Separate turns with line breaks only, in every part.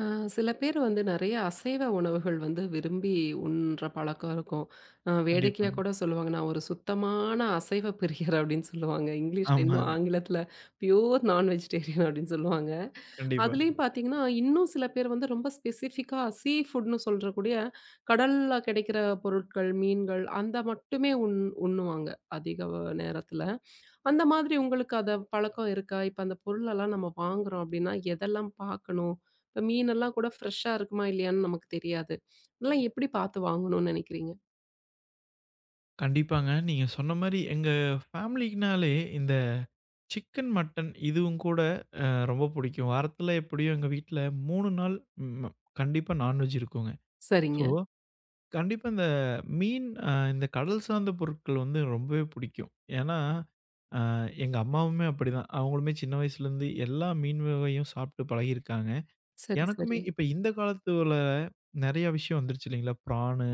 ஆ, சில பேர் வந்து நெறைய அசைவ உணவுகள் வந்து விரும்பி உண்ற பழக்கம் இருக்கும். வேடிக்கையா
கண்டிப்பாங்க.
கூட சொல்லுவாங்க, "நான் ஒரு சுத்தமான அசைவ பிரியர்" அப்படின்னு சொல்லுவாங்க. இங்கிலீஷ்ல இன்னும்
ஆமாங்க.
ஆங்கிலத்தில பியூர் நான் வெஜிடேரியன் அப்படின்னு சொல்லுவாங்க.
கண்டிப்பா.
அதுலயும் பார்த்தீங்கன்னா, இன்னும் சில பேர் வந்து ரொம்ப ஸ்பெசிஃபிக்கா சீ ஃபுட்ன்னு சொல்றக்கூடிய கடல்ல கிடைக்கிற பொருட்கள், மீன்கள் அந்த மட்டுமே உண்ணுவாங்க அதிக நேரத்தில. அந்த மாதிரி உங்களுக்கு அத பழக்கம் இருக்கா? இப்ப அந்த பொருளெல்லாம் நம்ம வாங்குறோம் அப்டின்னா, எதெல்லாம் பார்க்கணும்? இப்ப மீனெல்லாம் கூட ஃப்ரெஷ்ஷா இருக்குமா? இல்லையான்னு நமக்கு தெரியாது. அதெல்லாம் எப்படி பார்த்து வாங்கணும்னு நெனைக்கிறீங்க?
கண்டிப்பாங்க. நீங்க சொன்ன மாரி எங்க ஃபேமிலிக்குனாலே இந்த சிக்கன், மட்டன் இதுவும் கூட ரொம்ப புடிக்கும். வாரத்துல எப்படியும் எங்க வீட்ல 3 நாள் ம் கண்டிப்பா நான்வெஜ் இருக்குங்க. ஸோ,
சரிங்க.
கண்டிப்பா இந்த மீன், இந்த கடல் சார்ந்த பொருட்கள் வந்து ரொம்பவே புடிக்கும். ஏன்னா, அ எங்க அம்மாவுமே அப்படிதான். அவங்களுமே சின்ன வயசுலேருந்து எல்லா மீன் வகையும் சாப்ட்டு பழகியிருக்காங்க.
சரி,
எனக்குமே
சரி.
இப்ப இந்த காலத்துல நெறைய விஷயம் வந்துருச்சு இல்லைங்களா? பிரானு,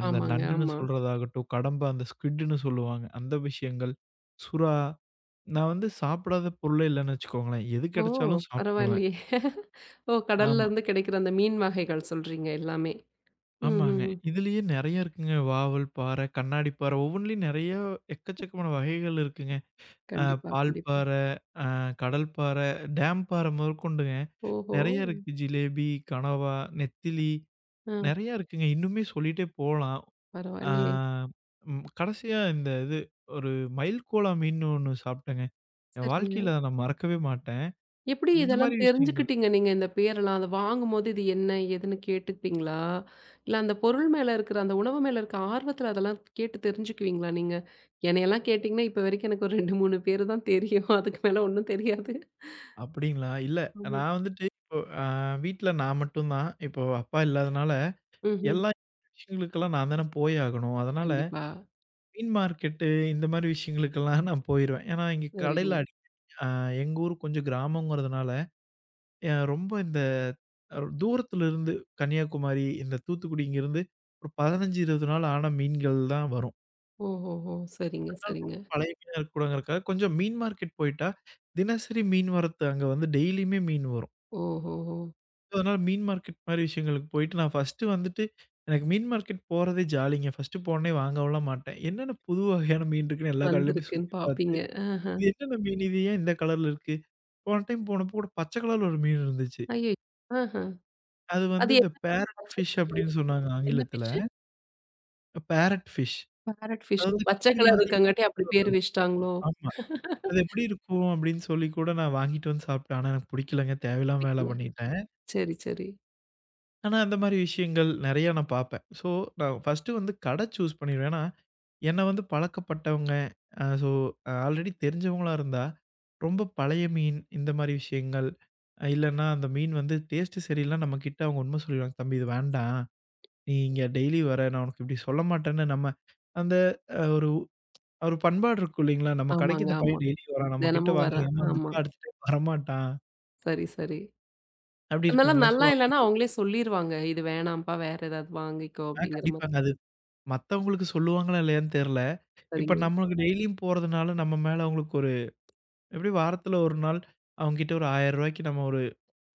அந்த
ஆமாங்க,
நண்டுன்னு
ஆமா.
சொல்றதாகட்டும், கடம்பா, அந்த ஸ்க்விட்ன்னு சொல்லுவாங்க. அந்த விஷயங்கள், சுறா. நான் வந்து சாப்பிடாத பொருளே இல்லன்னு வச்சுக்கோங்களேன். எது
ஓ!
கிடைச்சாலும் சாப்ட்டுருவேன்.
பரவாயில்லையே. ஓ!
ஆமா.
கடல்லருந்து கிடைக்கிற அந்த மீன் வகைகள் சொல்றீங்க எல்லாமே. ம்,
ஆமாங்க.
ம், ம்.
இதுலயே நெறைய இருக்குங்க. வாவல் பாறை, கண்ணாடி பாறை ஒவ்வொன்லயும் நெறைய எக்கச்சக்கமான வகைகள் இருக்குங்க. அ
கண்டிப்பா,
பால்
கண்டிப்பா.
பாறை, அ கடல் பாறை, டேம் பாறை முதற்கொண்டுங்க.
ஓஹோ!
நெறைய இருக்கு. ஜிலேபி, கனவா, நெத்திலி.
ஆ,
நெறையா இருக்குங்க. இன்னுமே சொல்லிட்டே போலாம். ஆ
பரவாயில்லையே.
ம் கடைசியா இந்த இது ஒரு மைல்கோலா மீன்னு ஒண்ணு சாப்பிட்டேங்க. என்
சரிங்க.
வாழ்க்கையில அத நான் மறக்கவே மாட்டேன்.
எப்படி
இந்த
இதெல்லாம்
மாரி விஷயங்கள்.
தெரிஞ்சுக்கிட்டீங்க நீங்க இந்த பேரெல்லாம்? அத வாங்கும்போது இது என்ன? ஏதுன்னு கேட்டுப்பீங்களா? இல்ல அந்த பொருள் மேல இருக்கிற அந்த உணவு மேல இருக்க ஆர்வத்துல அதெல்லாம் கேட்டு தெரிஞ்சுக்குவீங்களா நீங்க? என்னையெல்லாம் கேட்டீங்கன்னா, இப்ப வரைக்கும் எனக்கு ஒரு 2, 3 பேரு தான் தெரியும். அதுக்கு மேல ஒண்ணும் தெரியாது.
அப்படிங்களா? இல்ல
ஆமா.
நான் வந்துட்டு இப்போ வீட்ல நான் மட்டும் தான். இப்போ அப்பா இல்லாதனால
ம்ஹ்ம்.
எல்லா விஷயங்களுக்கெல்லாம் நான் தானே போய் ஆகணும். அதனால
கண்டிப்பா.
மீன் மார்க்கெட்டு இந்த மாரி விஷயங்களுக்கெல்லாம் நான் போயிருவேன். ஏன்னா, இங்க
சரிங்க.
கடையில அடி, அ எங்க ஊர் கொஞ்சம் கிராமங்கிறதுனால, ரொம்ப இந்த, தூரத்துல இருந்து கன்னியாகுமாரி, இந்த தூத்துக்குடி இங்கேருந்து ஒரு 15, 20 நாள் ஆன மீன்கள் தான் வரும்.
ஓஹோஹோ! சரிங்க,
அதனால ரொம்ப
சரிங்க.
பழைய மீனா இருக்கக்கூடாதுங்கிறதுக்காக, கொஞ்சம் மீன் மார்க்கெட் போயிட்டா, தினசரி மீன் வரத்து அங்க வந்து டெய்லியுமே மீன் வரும்.
ஓஹோஹோ!
அதனால மீன் மார்க்கெட் மாரி விஷயங்களுக்கு போயிட்டு, நான் ஃபர்ஸ்ட்டு வந்துட்டு எனக்கு மீன் மார்க்கெட் போறதே ஜாலிங்க. ஃபர்ஸ்ட்டு போனோனே வாங்கவுலாம் மாட்டேன். என்னென்ன புது வகையான மீன் இருக்குன்னு எல்லா கடையிலும் போய்
வந்திருக்குன்னு
சுத்தி பார்த்து,
பார்ப்பீங்க. ஆஹ.
இது என்னென்ன மீன்? இது ஏன் இந்த கலர்ல இருக்கு? போன டைம் போனப்போ கூட பச்சை கலர்ல ஒரு மீன் இருந்துச்சு.
ஐயோ! ஆஹ.
அது வந்து
அது
இந்த
என்ன
பேரட்
பச்ச
ஃபிஷ் அப்பிடின்னு சொன்னாங்க
என்ன
ஆங்கிலத்துல.
ஃபிஷ்ஷு?
Parrot fish.
பேரட்
அது
ஃபிஷ்.
வந்து
பச்சை
கிளி
கலர்
மாரி
இருக்கங்காட்டி அப்படி
பர்டிகுலரா
பேர்
இருக்கும்.
வச்சுட்டாங்களோ?
ஆமா.
பிடிக்கல.
அது எப்படி இருக்கும் அப்படின்னு சொல்லி கூட நான் வாங்கிட்டு வந்து சாப்பிட்டேன். ஆனா எனக்கு பிடிக்கலங்க. தேவையில்லாம வேல பண்ணிட்டேன்.
சரி, சரி.
ஆனா அந்த மாரி விஷயங்கள் நெறையா நான் பார்ப்பேன். நான் ஃபர்ஸ்ட்டு வந்து கடை சூஸ் பண்ணிருவேன். ஏன்னா, என்ன வந்து பழக்கப்பட்டவங்க, அ ஸோ ஆல்ரெடி தெரிஞ்சவங்களா இருந்தா, ரொம்ப பழைய மீன் இந்த மாரி விஷயங்கள், இல்லன்னா அந்த மீன் வந்து டேஸ்ட்டு சரியில்ல நம்மகிட்ட அவங்க உண்மை சொல்லிருவாங்க. "தம்பி இது வேண்டாம். நீ இங்க டெய்லி வர நான் உனக்கு இப்படி சொல்ல மாட்டேன்னு" நம்ம அந்த, ஒரு ஒரு பண்பாடு இருக்கும் இல்லைங்களா? நம்ம கடைக்கு
ஆமாங்க,
இந்த
ஆமா.
பையன் டெய்லி வரான். நம்ம கிட்ட
தினமும் வர
வாங்கி ஏமாந்துட்டா,
ஆமா.
அடுத்த டைம் வரமாட்டான்.
சரி, சரி.
அப்டி
அதனால
இருக்குங்களா? ஸோ
நல்லா
அந்த
இல்லன்னா
மாரி,
அவங்களே சொல்லிருவாங்க. இது வேணாம்ப்பா, வேற ஏதாவது வாங்கிக்கோ அப்படிங்கிற மாரி.
கண்டிப்பாங்க. அது மத்தவங்களுக்கு சொல்லுவாங்களா இல்லையான்னு தெர்ல. இப்ப
சரிங்க.
நம்மளுக்கு டெய்லியும் போறதுனால நம்ம மேல அவங்களுக்கு ஒரு எப்டியும் வாரத்துல 1 நாள் அவங்க கிட்ட ஒரு ரூ. 1,000 நம்ம ஒரு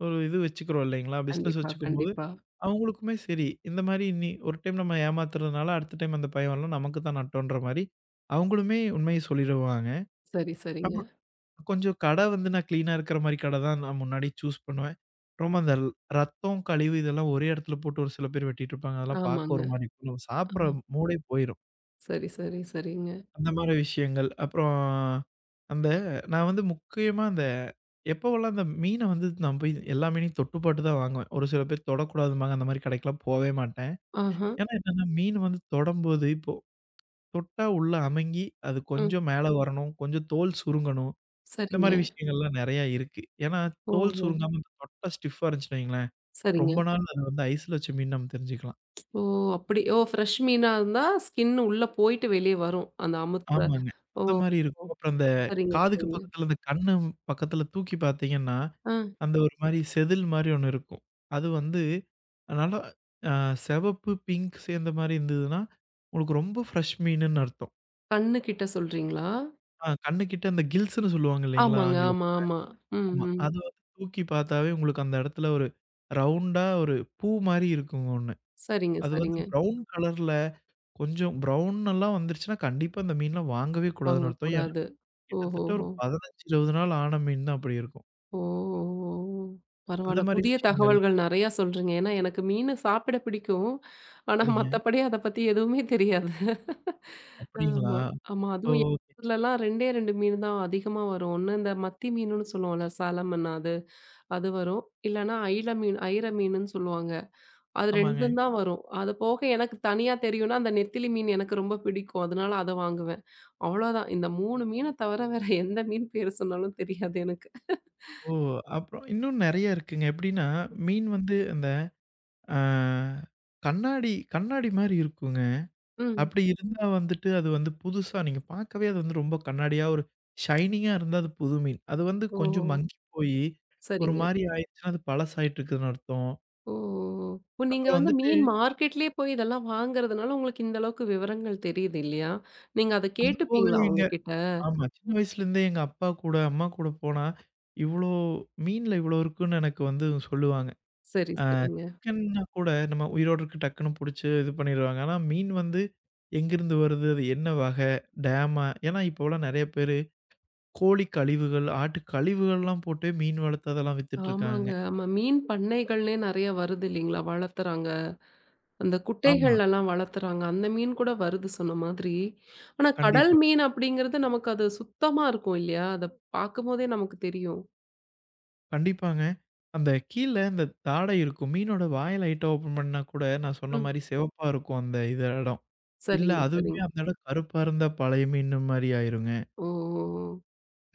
ஒரு இது வச்சுக்கிறோம் இல்லைங்களா? பிசினஸ்
கண்டிப்பா,
வச்சுக்கும்போது,
கண்டிப்பா.
அவங்களுக்குமே சரி, இந்த மாரி இனி ஒரு டைம் நம்ம ஏமாத்துறதுனால அடுத்த டைம் அந்த பையன் வரலாம் நமக்கு தான் நட்டம்ன்ற மாரி, அவங்களுமே உண்மைய சொல்லிருவாங்க.
சரி, சரிங்க.
அப்புறம் கொஞ்சம் கடை வந்து நான் கிளீனா இருக்கிற மாரி கடை தான் நான் முன்னாடி சூஸ் பண்ணுவேன். ரொம்ப அந்த ரத்தம், கழிவு இதெல்லாம் ஒரே இடத்துல போட்டு ஒரு சில பேர் வெட்டிட்டு இருப்பாங்க. அதெல்லாம் பார்க்க
ஆமாங்க.
ஒரு மாரி இருக்கும். நம்ம சாப்பிடுற
ஆமா.
மூடே போயிரும்.
சரி, சரி, சரிங்க.
அந்த மாரி விஷயங்கள். அப்புறம் அந்த நான் வந்து முக்கியமா அந்த எப்போவெல்லாம் அந்த மீன வந்து நான் போய் எல்லா மீனையும் தொட்டு பாத்து தான் வாங்குவேன். ஒரு சில பேர் தொடக்கூடாதும்பாங்க. அந்த மாரி கடைக்கெல்லாம் போவே மாட்டேன்.
ஆஹா.
ஏன்னா என்னன்னா மீன் வந்து தொடம்போது இப்போ தொட்டா உள்ள அமுங்கி அது
ம்.
கொஞ்சம் மேல வரணும். கொஞ்சம் தோல் சுருங்கணும். இந்த மாரி
சரிங்க.
விஷயங்கள்லாம் நெறையா இருக்கு. ஏன்னா, தோல்
ஓஹோ!
சுருங்காம இந்த தொட்டா ஸ்டிஃப்பா இருந்துச்சுன்னு வைங்களேன்,
சரிங்க.
ரொம்ப நாள் அது வந்து ஐஸ்ல வச்ச மீன் நம்ம தெரிஞ்சுக்கலாம்.
ஓ! அப்படி ஓ! ஃப்ரெஷ் மீனா இருந்தா ஸ்கின் உள்ள போயிட்டு வெளிய வரும். அந்த அமுத்துற
ஆமாங்க.
ஓ!
அந்த மாரி
ஓ!
இருக்கும். அப்புறம் அந்த
சரிங்க,
காதுக்கு
சரிங்க.
பக்கத்துல அந்த கண்ணு பக்கத்துல தூக்கி பார்த்தீங்கன்னா,
ஆ,
அந்த ஒரு மாரி செதில் மாரி ஒண்ணு இருக்கும். அது வந்து நல்லா, அ சிவப்பு, பிங்க் சேர்ந்த மாரி இருந்ததுன்னா, உங்களுக்கு ரொம்ப ஃப்ரெஷ் மீனுன்னு அர்த்தம்.
கண்ணு கிட்ட சொல்றீங்களா?
கண்ணு கிட்ட அந்த கில்ஸ்ன்னு சொல்லுவாங்க இல்லைங்களா
ஆமாங்க. ஆமா,
ஆங்கிலத்துல?
ஆமா. ம்,
ஆமா.
ம்.
அது வந்து தூக்கி பார்த்தாவே உங்களுக்கு அந்த இடத்துல ஒரு ரவுண்டா ஒரு பூ மாரி இருக்குங்க ஒண்ணு.
சரிங்க,
அது வந்து
சரிங்க.
ப்ரவுன் கலர்ல கொஞ்சம் ப்ரவுன் எல்லாம் வந்துருச்சுன்னா, கண்டிப்பா அந்த மீன்லாம் வாங்கவே கூடாதுன்னு அர்த்தம். ஏன்னா,
வாங்கக்கூடாது.
கிட்டத்தட்ட ஒரு
ஓஹோஹோ!
15, 20 நாள் ஆன மீன் தான் அப்படி இருக்கும்.
ஓ! ஓ! ஓ!
அந்த
பரவால்ல.
மாரி
புதிய
விஷயங்கள்.
தகவல்கள் நெறையா சொல்றீங்க. ஏன்னா எனக்கு மீனு சாப்பிட பிடிக்கும். ஆனா
சரிங்க.
மத்தபடி அத பத்தி எதுவுமே தெரியாது.
அப்படிங்களா?
ஆமா. ஆமா.
ஓ!
அதுவும் எங்க
ஓகே.
ஊர்லலாம் 2டே 2 மீனு தான் அதிகமா வரும். ஒண்ணு இந்த மத்தி மீனுன்னு சொல்லுவோம்ல சாலமன் அது. அது வரும். இல்லன்னா ஐல மீன் ஐயிர மீனுன்னு சொல்லுவாங்க. அது
ஆமாங்க.
2ம் தான் வரும். அது போக எனக்கு தனியா தெரியும்னா, அந்த நெத்திலி மீன் எனக்கு ரொம்ப பிடிக்கும். அதனால அத வாங்குவேன். அவ்வளோதான். இந்த 3 மீன தவிர வேற எந்த மீன் பேர் சொன்னாலும் தெரியாது எனக்கு.
ஓ! அப்புறம் இன்னும் நெறைய இருக்குங்க. எப்படின்னா, மீன் வந்து அந்த, ஆ கண்ணாடி கண்ணாடி மாரி இருக்குங்க.
ம்.
அப்படி இருந்தா வந்துட்டு அது வந்து புதுசா நீங்க பார்க்கவே அது வந்து ரொம்ப கண்ணாடியா ஒரு ஷைனிங்கா இருந்தா அது புது மீன். அது வந்து
ஓஹோ!
கொஞ்சம் மங்கி போயி, ஒரு
சரிங்க.
மாரி ஆயிருச்சுன்னா, அது பழசாயிட்டுருக்குதுன்னு அர்த்தம்.
ஓ! ஓ! நீங்க
அப்புறம்
வந்து
வந்துட்டு
மீன் மார்க்கெட்லயே போய் இதெல்லாம் வாங்குறதுனால உங்களுக்கு இந்த அளவுக்கு விவரங்கள் தெரியுது இல்லையா? நீங்க அத
அது போக
கேட்டுப்பீங்களா
எங்க
அவங்ககிட்ட?
ஆமா. சின்ன வயசுலேருந்தே எங்க அப்பா கூட, அம்மா கூட போனா, இவ்ளோ மீன்ல இவ்ளோ இருக்குன்னு எனக்கு வந்து சொல்லுவாங்க.
சரி,
அ
சரிங்க.
சிக்கன்னா கூட நம்ம உயிரோட இருக்கு டக்குன்னு புடிச்சு இது பண்ணிருவாங்க. ஆனா மீன் வந்து எங்கேருந்து வருது? அது என்ன வகை? டேமா? ஏன்னா இப்போலாம் நெறைய பேரு கோழி கழிவுகள், ஆட்டு கழிவுகள்லாம் போட்டு மீன் வளர்த்து அதெல்லாம் வித்துட்டுருக்காங்க.
ஆமாங்க. ஆமா. மீன் பண்ணைகள்லே நெறைய வருது இல்லைங்களா? வளர்த்துறாங்க. அந்த
ஆமா.
குட்டைகள்லலாம் வளர்த்துறாங்க. அந்த மீன் கூட வருது சொன்ன மாதிரி. ஆனா கடல்
கண்டிப்பா.
மீன் அப்படிங்கிறது நமக்கு அது சுத்தமா இருக்கும் இல்லையா? அத பார்க்கும்போதே நமக்கு தெரியும்.
கண்டிப்பாங்க. அந்த கீழ இந்த தாடை இருக்கும். மீனோட வாய லைட்டா ஓப்பன் பண்ணா கூட நான் சொன்ன
ம்.
மாரி சிவப்பா இருக்கும் அந்த இது இடம். இல்ல
சரிங்க,
அதுவுமே
சரிங்க.
அந்த இடம் கருப்பா இருந்தா பழைய மீன் மாரி ஆயிருங்க.
ஓ! ஓ! ஓ!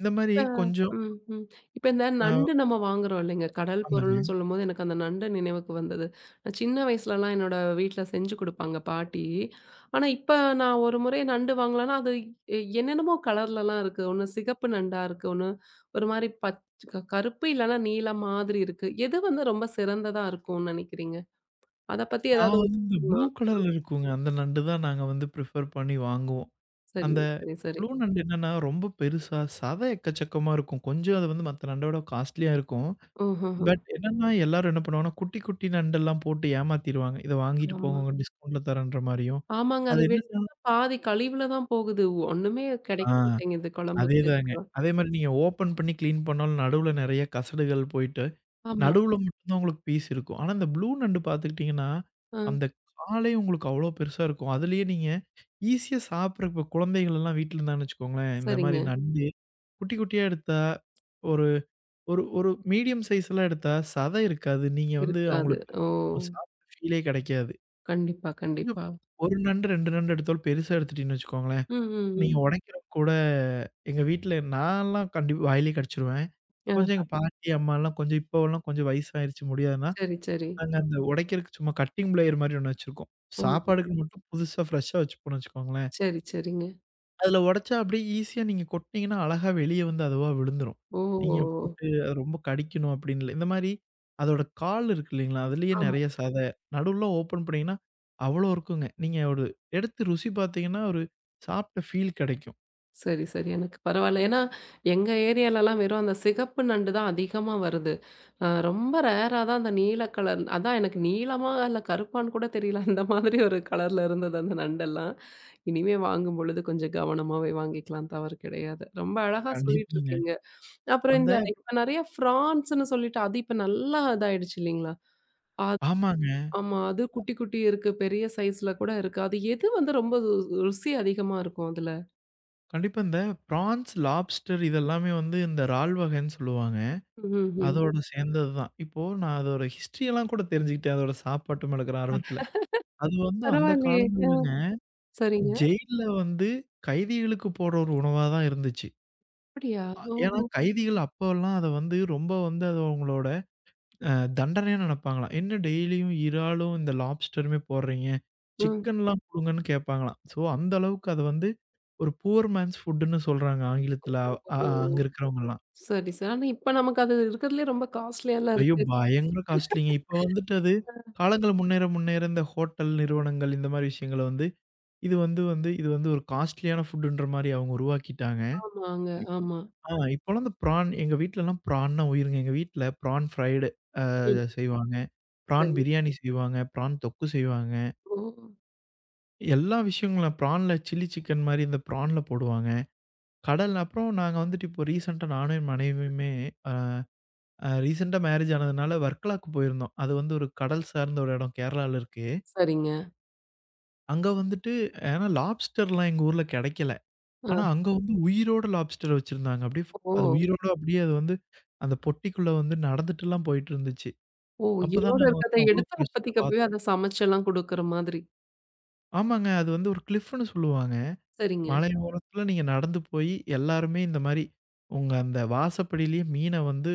இந்த மாரி
இப்ப
கொஞ்சம்
ம், ம். இப்ப இந்த
அ
நண்டு நம்ம வாங்குறோம் இல்லைங்க. கடல்
ஆமாங்க.
பொருள்ன்னு சொல்லும்போது எனக்கு அந்த நண்டு நினைவுக்கு வந்தது. நான் சின்ன வயசுலலாம் என்னோட வீட்ல செஞ்சு குடுப்பாங்க பாட்டி. ஆனா இப்ப நான் ஒரு முறை நண்டு வாங்கலன்னா, அது என்னென்னமோ கலர்லலாம் இருக்கு. ஒண்ணு சிகப்பு நண்டா இருக்கு. ஒண்ணு ஒரு மாரி பச் க கருப்பு இல்லன்னா நீலம் மாதிரி இருக்கு. எது வந்து ரொம்ப சிறந்ததா இருக்கும்னு நெனைக்கிறீங்க? அத பத்தி
நான்
ஏதாவது
வந்து
உங்களுக்கு
இந்த ப்ளூ
தெரியுமா?
கலர்ல இருக்குங்க. அந்த நண்டு தான் நாங்க வந்து ப்ரிஃபர் பண்ணி வாங்குவோம். அந்த
சரிங்க. சரி, சரி.
ப்ளூ நண்டு என்னன்னா ரொம்ப பெருசா, சதை எக்கச்சக்கமா இருக்கும். கொஞ்சம் அது வந்து மத்த நண்டோட காஸ்ட்லியா இருக்கும்.
ஓஹோஹோ!
பட் என்னன்னா எல்லாரும் என்ன பண்ணுவாங்கன்னா, குட்டி குட்டி நண்டெல்லாம் போட்டு ஏமாத்திருவாங்க. இத வாங்கிட்டு
ஆமா.
போங்க டிஸ்கவுண்ட்ல தரேன்ற மாரியும்.
ஆமாங்க.
அது
அது
என்னன்னா,
வெட்டினா பாதி கழிவுல தான் போகுது. ஒண்ணுமே
ஆ
கிடைக்க மாட்டேங்குது குழம்புக்கு
அதேதாங்க.
இதுக்கு.
அதே மாரி நீங்க ஓப்பன் பண்ணி கிளீன் பண்ணாலும் நடுவுல நெறைய கசடுகள் போயிட்டு
ஆமா.
நடுவுல மட்டும் தான் உங்களுக்கு பீஸ் இருக்கும். ஆனா, இந்த ப்ளூ நண்டு பார்த்துக்கிட்டீங்கன்னா,
ஆ,
அந்த காலே உங்களுக்கு அவ்ளோ பெருசா இருக்கும். அதுலயே நீங்க ஈஸியா சாப்பிடுற இப்ப குழந்தைகள் எல்லாம் வீட்ல இருந்தான்னு வச்சுக்கோங்களேன், இந்த மாரி
சரிங்க.
நண்டு குட்டி குட்டியா எடுத்தா ஒரு ஒரு ஒரு மீடியம் சைஸ்லாம் எடுத்தா சதை இருக்காது. நீங்க வந்து
இருக்காது.
அவங்களுக்கு
ஓ!
அவங்க சாப்பிட்ட ஃபீலே கிடைக்காது.
கண்டிப்பா,
கொஞ்சம்
கண்டிப்பா.
1 நண்டு 2 நண்டு எடுத்தாலும் பெருசா எடுத்துட்டீங்கன்னு வச்சுக்கோங்களேன்,
ம், ம்,
நீங்க
ம்.
உடைக்கிறப்ப கூட எங்க வீட்ல நான்லாம் கண்டிப்பா வாயிலேயே கடிச்சுருவேன்.
ஆ,
கொஞ்சம் எங்க பாட்டி, அம்மாலாம் கொஞ்சம் இப்போவெல்லாம் கொஞ்சம் வயசாயிருச்சு முடியாதுன்னா,
சரி, சரி.
நாங்க அந்த உடைக்கிறதுக்கு சும்மா கட்டிங் பிளேயர் மாரி ஒண்ணு வச்சிருக்கோம்.
ஓ!
சாப்பாடுக்கு மட்டும் புதுசா ஃப்ரெஷ்ஷா வச்சுப்போம்னு வச்சுக்கோங்களேன்.
சரி, சரிங்க.
அதுல உடைச்சா அப்படியே ஈஸியா நீங்க கொட்டுனீங்கன்னா, அழகா வெளிய வந்து அதுவா விழுந்துரும்.
ஓ! ஓ,
நீங்க
ஓ.
போட்டு அது ரொம்ப கடிக்கணும் அப்படின்னு இல்ல. இந்த மாரி அதோட கால் இருக்கு இல்லைங்களா? அதுலயே
ஆமா.
நெறைய சத. நடுவுல ஓப்பன் பண்ணீங்கன்னா, அவ்வளோ இருக்குங்க. நீங்க ஒரு எடுத்து ருசி பார்த்தீங்கன்னா, ஒரு சாப்பிட்ட ஃபீல் கெடைக்கும்.
சரி, சரி. எனக்கு பரவால்ல. ஏன்னா, எங்க ஏரியாலலாம் வெறும் அந்த சிகப்பு நண்டு தான் அதிகமா வருது. ரொம்ப ரேரா தான் அந்த நீல கலர் அதான் எனக்கு நீலமா இல்ல கருப்பான்னு கூட தெரியல. அந்த மாதிரி ஒரு கலர்ல இருந்தது அந்த நண்டெல்லாம். இனிமே வாங்கும் பொழுது கொஞ்சம் கவனமாவே வாங்கிக்கலாம். தவறு கிடையாது. ரொம்ப அழகா சொல்லிட்டு
கண்டிப்பாங்க.
இருக்கீங்க. அப்புறம்
அந்த
இந்த இப்ப நெறைய ஃப்ரான்ஸ்ன்னு சொல்லிட்டு அது இப்ப நல்லா இதாயிடுச்சு இல்லைங்களா? அது
ஆமாங்க.
ஆமா. அது குட்டி குட்டி இருக்கு. பெரிய சைஸ்ல கூட இருக்கு. அது எது வந்து ரொம்ப ருசி அதிகமா இருக்கும் அதுல?
கண்டிப்பா இந்த பிரான்ஸ், லாப்ஸ்டர் இதெல்லாமே வந்து இந்த இறால் வகைன்னு சொல்லுவாங்க.
ம்ஹ்ம்.
அதோட சேர்ந்தது தான். இப்போ நான் அதோட ஹிஸ்டரி எல்லாம் கூட தெரிஞ்சுக்கிட்டேன். அதோட சாப்பாட்டு மேல இருக்கிற ஆர்வத்துல. அது வந்து அந்த
பரவாயில்லையே! அ
காலங்கள்லங்க
சரிங்க.
ஜெயில்ல வந்து கைதிகளுக்கு போடுற ஒரு உணவா தான் இருந்துச்சு.
அப்படியா?
ஏன்னா
ஓஹோ!
கைதிகள் அப்போலாம் அத வந்து ரொம்ப வந்து அது அவங்களோட, அ தண்டனையா நெனப்பாங்களாம். என்ன டெய்லியும் இறாலும், இந்த லாப்ஸ்டருமே போடுறீங்க.
ம்.
சிக்கன்லாம் குடுங்கன்னு கேட்பாங்களாம். ஸோ அந்த அளவுக்கு அது வந்து ஒரு புவர் மேன்ஸ் ஃபுட்டுன்னு சொல்றாங்க ஆங்கிலத்துல. அ அ-
ஓ!
அங்க இருக்கிறவங்கலாம்.
சரி, சரி. ஆனா இப்ப நமக்கு அது இருக்கிறதுலயே ரொம்ப காஸ்ட்லியாலாம்
ஐயோ!
இருக்கு.
பயங்கர காஸ்ட்லிங்க. இப்ப வந்துட்டு அது காலங்கள் முன்னேற முன்னேற இந்த ஹோட்டல் நிறுவனங்கள் இந்த மாரி விஷயங்கள வந்து, இது வந்து வந்து இது வந்து ஒரு காஸ்ட்லியான ஃபுட்டுன்ற மாரி அவங்க உருவாக்கிட்டாங்க.
ஆமாங்க.
இப்
ஆமா.
இப்போலாம் அந்த பிரான் எங்க வீட்லலாம் பிரான்னா உயிருங்க. எங்க வீட்ல பிரான் ஃப்ரைடு,
ம்.
செய்வாங்க. பிரான்
சரி.
பிரியாணி செய்வாங்க. பிரான் தொக்கு செய்வாங்க.
ஓ!
எல்லா விஷயங்களும் பிரான்ல சில்லி சிக்கன் மாரி இந்த பிரான்ல போடுவாங்க. கடல் அப்புறம் நாங்க வந்துட்டு இப்போ ரீசென்ட்டா நானும் என் மனைவியுமே, அ அ ரீசென்ட்டா மேரேஜ் ஆனதுனால வர்க்கலாக்கு போயிருந்தோம். அது வந்து ஒரு கடல் சார்ந்த ஒரு இடம் கேரளால இருக்கு.
சரிங்க.
அங்க வந்துட்டு ஏன்னா லாப்ஸ்டர்லாம் எங்க ஊர்ல கெடைக்கல.
ஆ.
ஆனா அங்க வந்து உயிரோட லாப்ஸ்டர் வச்சிருந்தாங்க. அப்படியே
ஓ!
அது உயிரோட அப்படியே அது வந்து அந்த பொட்டிக்குள்ள வந்து நடந்துட்டுலாம் போயிட்டுருந்துச்சு.
ஓ!
அப்பதான்
உயிரோட
நாங்க வந்து
இருக்கிறத
அவ்ளோ
எடுத்து
ஃப்ரெஷ்ஷா
அப்பதைக்கு அப்பவே
பாத்தோம்.
அத சமைச்செல்லாம் குடுக்குற மாதிரி.
ஆமாங்க. அது வந்து ஒரு கிளிஃப்ன்னு சொல்லுவாங்க.
சரிங்க.
மலை ஓரத்துல நீங்க நடந்து போயி எல்லாருமே இந்த மாரி உங்க அந்த வாசப்படியிலேயே மீன வந்து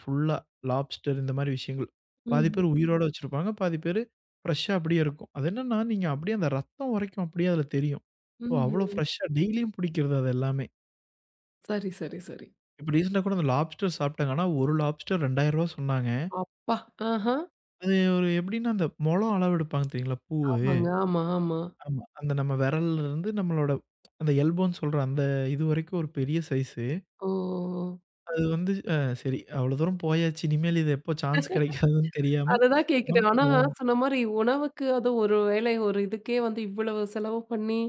ஃபுல்லா லாப்ஸ்டர் இந்த மாரி விஷயங்கள். பாதி
ம்ஹ்ம்.
பேர் உயிரோட வச்சிருப்பாங்க. பாதி பேரு ஃப்ரெஷ்ஷா அப்படியே இருக்கும். அது என்னன்னா, நீங்க அப்படியே அந்த ரத்தம் வரைக்கும் அப்படியே அதுல தெரியும். ஓ! அவ்ளோ
ம்ஹ்ம்.
ஃப்ரெஷ்ஷா டெய்லியும் பிடிக்கிறதா அது எல்லாமே?
சரி, சரி, சரி.
இப்ப ரீசென்ட்டா கூட அந்த லாப்ஸ்டர் சாப்பிட்டாங்க. ஆனா, ஒரு லாப்ஸ்டர் ரூ. 2,000 சொன்னாங்க.
அப்பா! ஆஹா.
அது ஒரு எப்படின்னா, அந்த மொழம் அளவு எடுப்பாங்க தெரியுங்களா? பூவு.
ஆமாங்க. ஆமா, ஆமா.
ஆமா. அந்த நம்ம விரல்லருந்து நம்மளோட அந்த எல்போன்னு சொல்ற அந்த இது வரைக்கும் ஒரு பெரிய சைஸு.
ஓ!
அது வந்து சரி அவ்வளோ தூரம் போயாச்சு. இனிமேல் இது எப்போ சான்ஸ் கிடைக்காதுன்னு தெரியாம
அததான் கேட்கிறேன். ஆனா,
வாங்குவோம்.
சொன்ன மாரி உணவுக்கு அதுவும் ஒரு வேளை ஒரு இதுக்கே வந்து இவ்வளவு செலவு பண்ணி,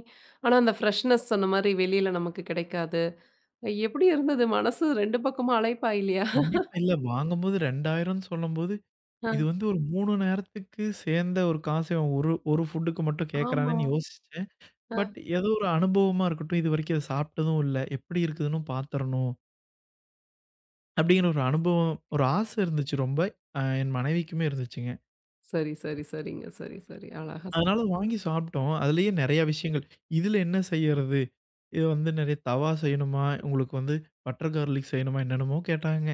ஆனா அந்த ஃப்ரெஷ்னஸ் சொன்ன மாரி வெளியில நமக்கு கிடைக்காது. எப்படி இருந்தது? மனசு 2 பக்கமும் அலைப்பா இல்லையா?
கண்டிப்பா. இல்ல வாங்கும்போது 2000ன்னு சொல்லும்போது, இது
அ
வந்து ஒரு 3 நேரத்துக்கு சேர்ந்த ஒரு காசு இவன் ஒரு ஒரு ஃபுட்டுக்கு மட்டும்
ஆமா.
கேட்கறானேன்னு யோசிச்சேன்.
அ.
பட் ஏதோ ஒரு அனுபவமா இருக்கட்டும். இதுவரைக்கும் அத சாப்பிட்டதும் இல்ல. எப்படி இருக்குதுன்னு பாத்துரணும். அப்படிங்கிற ஒரு அனுபவம், ஒரு ஆசை இருந்துச்சு ரொம்ப. என் மனைவிக்குமே இருந்துச்சுங்க.
சரி, சரி, சரிங்க. சரி, சரி. அழகா.
அதனால வாங்கி சாப்பிட்டோம். அதுலயே நெறைய விஷயங்கள். இதுல என்ன செய்யறது? இது வந்து நெறைய தவா செய்யணுமா? உங்களுக்கு வந்து பட்டர் கார்லிக் செய்யணுமா? என்னென்னமோ கேட்டாங்க.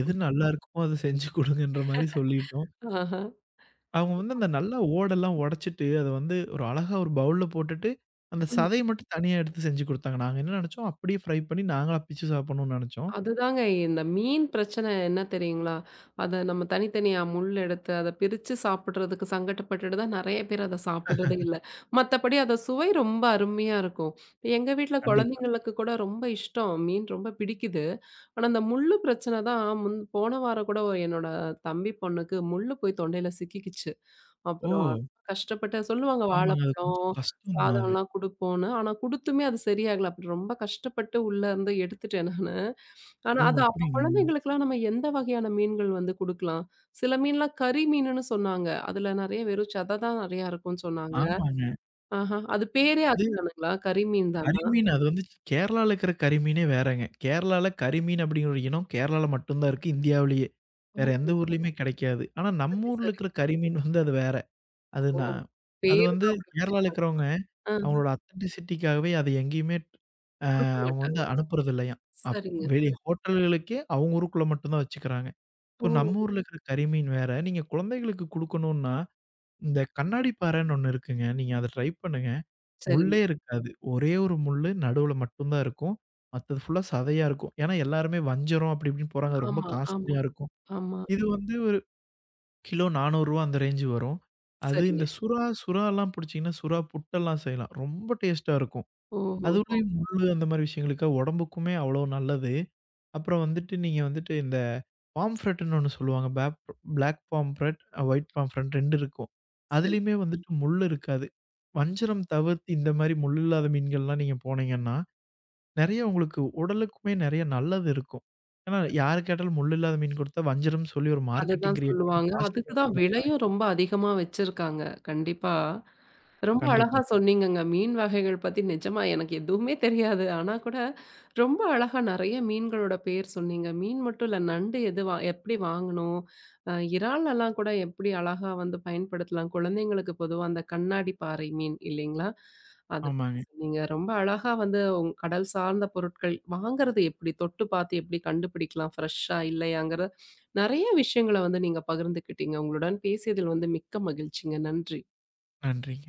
எது நல்லா இருக்குமோ அத செஞ்சு குடுங்கன்ற மாரி சொல்லிட்டோம்.
ஆஹ.
அவங்க வந்து அந்த நல்லா ஓடெல்லாம் உடைச்சுட்டு, அத வந்து ஒரு அழகா ஒரு பவுல்ல போட்டுட்டு, அந்த
ம்.
சதைய மட்டும் தனியா எடுத்து செஞ்சு குடுத்தாங்க. நாங்க என்ன நெனச்சோம், அப்படியே ஃப்ரை பண்ணி நாங்களா பிச்சு சாப்பிடணும்னு நெனச்சோம்.
அதுதாங்க. இந்த மீன் பிரச்சனை என்ன தெரியுங்களா? அத நம்ம தனித்தனியா முள் எடுத்து, அத பிரிச்சு சாப்பிடுறதுக்கு சங்கட்டப்பட்டுட்டு தான் நெறைய பேர் அத சாப்பிடுறதே இல்ல. மத்தபடி அத சுவை ரொம்ப அருமையா இருக்கும். எங்க வீட்ல
கண்டிப்பா.
குழந்தைங்களுக்கு கூட ரொம்ப இஷ்டம். மீன் ரொம்ப பிடிக்குது. ஆனா, அந்த முள்ளு பிரச்சனை தான் முன் போன வாரம் கூட ஒரு என்னோட தம்பி பொண்ணுக்கு முள்ளு போய் தொண்டையில சிக்கிக்கிச்சு.
ஓ!
அப்புறம் கஷ்டப்பட்டு சொல்லுவாங்க
ஆமாங்க. அது கொஞ்சம்
வாழைப்பழம்,
கஷ்டம் தான் அது.
சாதம்லாம் குடுப்போம்ன்னு. ஆனா குடுத்துமே அது சரியாகல. அப்புறம் ரொம்ப கஷ்டப்பட்டு உள்ள இருந்து எடுத்துட்டேன் நானு. ஆனா,
ஓ!
அது அப்ப
அப்டிங்களா?
குழந்தைகளுக்கெல்லாம் நம்ம எந்த வகையான மீன்கள் வந்து குடுக்கலாம்? சில மீன்லாம் கறி மீனுன்னு சொன்னாங்க. அதுல நெறைய வெறும் சத தான் நெறையா இருக்கும்ன்னு சொன்னாங்க.
ஆமாங்க.
ஆஹா. அது பேரே
அது
அதுதானுங்களா? கறி மீன் தானா?
கரிமீன் அது வந்து கேரளால இருக்கிற கரிமீனே வேறங்க. கேரளால கரிமீன் அப்படிங்கிற ஒரு இனம் கேரளால மட்டும் தான் இருக்கு இந்தியாவிலேயே.
ஓ!
வேற எந்த ஊர்லயுமே கிடைக்காது. ஆனா நம்ம
சரி,
ஊர்ல
சரி.
இருக்கிற கரிமீன் வந்து அது வேற. அது
ஓ!
நான் அது
பேரு
வந்து
தான் அப்படி
கேரளால
வச்சுருக்காங்க.
இருக்கிறவங்க
ஆ,
அவங்களோட ஆத்தென்டிசிட்டிக்காகவே அது எங்கேயுமே,
குடுக்க
அவங்க
மாட்டாங்க.
வந்து அனுப்புறது இல்லையாம். அப்
சரிங்க,
வெளி
சரி.
ஹோட்டல்களுக்கே அவங்க ஊருக்குள்ள மட்டும் தான் வச்சுக்கிறாங்க. So
oh!
நம்ம ஊர்ல இருக்கிற கரிமீன் வேற. நீங்க குழந்தைகளுக்கு குடுக்கணும்னா இந்த கண்ணாடி பாறைன்னு ஒண்ணு இருக்குங்க. நீங்க அத ட்ரை பண்ணுங்க.
சரிங்க.
முள்ளே இருக்காது. ஒரே ஒரு முள்ளு நடுவுல மட்டும் தான் இருக்கும். மத்தது ஃபுல்லா சதையா இருக்கும். ஏன்னா எல்லாருமே வஞ்சரம் அப்படி இப்படின்னு போறாங்க. ரொம்ப
ஆமா, ஆமா,
காஸ்ட்லியா இருக்கும்.
ஆமா.
இது வந்து ஒரு கிலோ ரூ. 400 அந்த ரேஞ்சு வரும். அது
சரிங்க.
இந்த சுறா, சுறாலாம் புடிச்சீங்கன்னா, சுறா புட்டெல்லாம் செய்யலாம். ரொம்ப டேஸ்ட்டா இருக்கும்.
ஓஹோஹோ!
அதுலயும் முள்ளு அந்த மாரி விஷயங்களுக்கா உடம்புக்குமே அவ்வளோ நல்லது. அப்புறம் வந்துட்டு நீங்க வந்துட்டு இந்த பாம்ஃப்ரெட்ன்னு ஒண்ணு சொல்லுவாங்க. பிளாக் பாம்ஃப்ரெட், ஒயிட் பாம்ஃப்ரெட் 2 இருக்கும்.
சரி.
அதுலயுமே வந்துட்டு முள்ளு இருக்காது. வஞ்சரம் தவிர்த்து இந்த மாரி முள் இல்லாத மீன்கள்லாம் நீங்க போனீங்கன்னா, நெறைய உங்களுக்கு உடலுக்குமே நெறைய நல்லது இருக்கும். ஏன்னா யாரு கேட்டாலும் முள் இல்லாத மீன் குடுத்தா வஞ்சரம்னு சொல்லி ஒரு மார்க்கெட்டிங்
அதுதான்
கிரியேட் பண்ணி
சொல்லுவாங்க. அதுக்கு
காஸ்ட்லியா
தான்
விக்கும்.
விலையும் ரொம்ப அதிகமா வச்சிருக்காங்க. கண்டிப்பா. ரொம்ப அழகா
கண்டிப்பா.
சொன்னீங்கங்க. மீன் வகைகள் பத்தி நிஜமா எனக்கு எதுவுமே தெரியாது. ஆனா கூட ரொம்ப அழகா நெறைய மீன்களோட பேர் சொன்னீங்க. மீன் மட்டும் இல்ல நண்டு எது வா எப்படி வாங்கணும்? இறாலெல்லாம் கூட எப்படி அழகா வந்து பயன்படுத்தலாம்? குழந்தைங்களுக்கு பொதுவா அந்த கண்ணாடி பாறை மீன் இல்லைங்களா? அத பத்தி
ஆமாங்க.
சொன்னீங்க. ரொம்ப அழகா வந்து உங் கடல் சார்ந்த பொருட்கள் வாங்குறது எப்படி? தொட்டு பார்த்து எப்படி கண்டுபிடிக்கலாம்? ஃப்ரெஷ்ஷா இல்லையாங்கிற நெறைய விஷயங்கள வந்து நீங்க பகிர்ந்துக்கிட்டீங்க. உங்களுடன் பேசியதில் வந்து மிக்க மகிழ்ச்சிங்க. நன்றி.
நன்றி.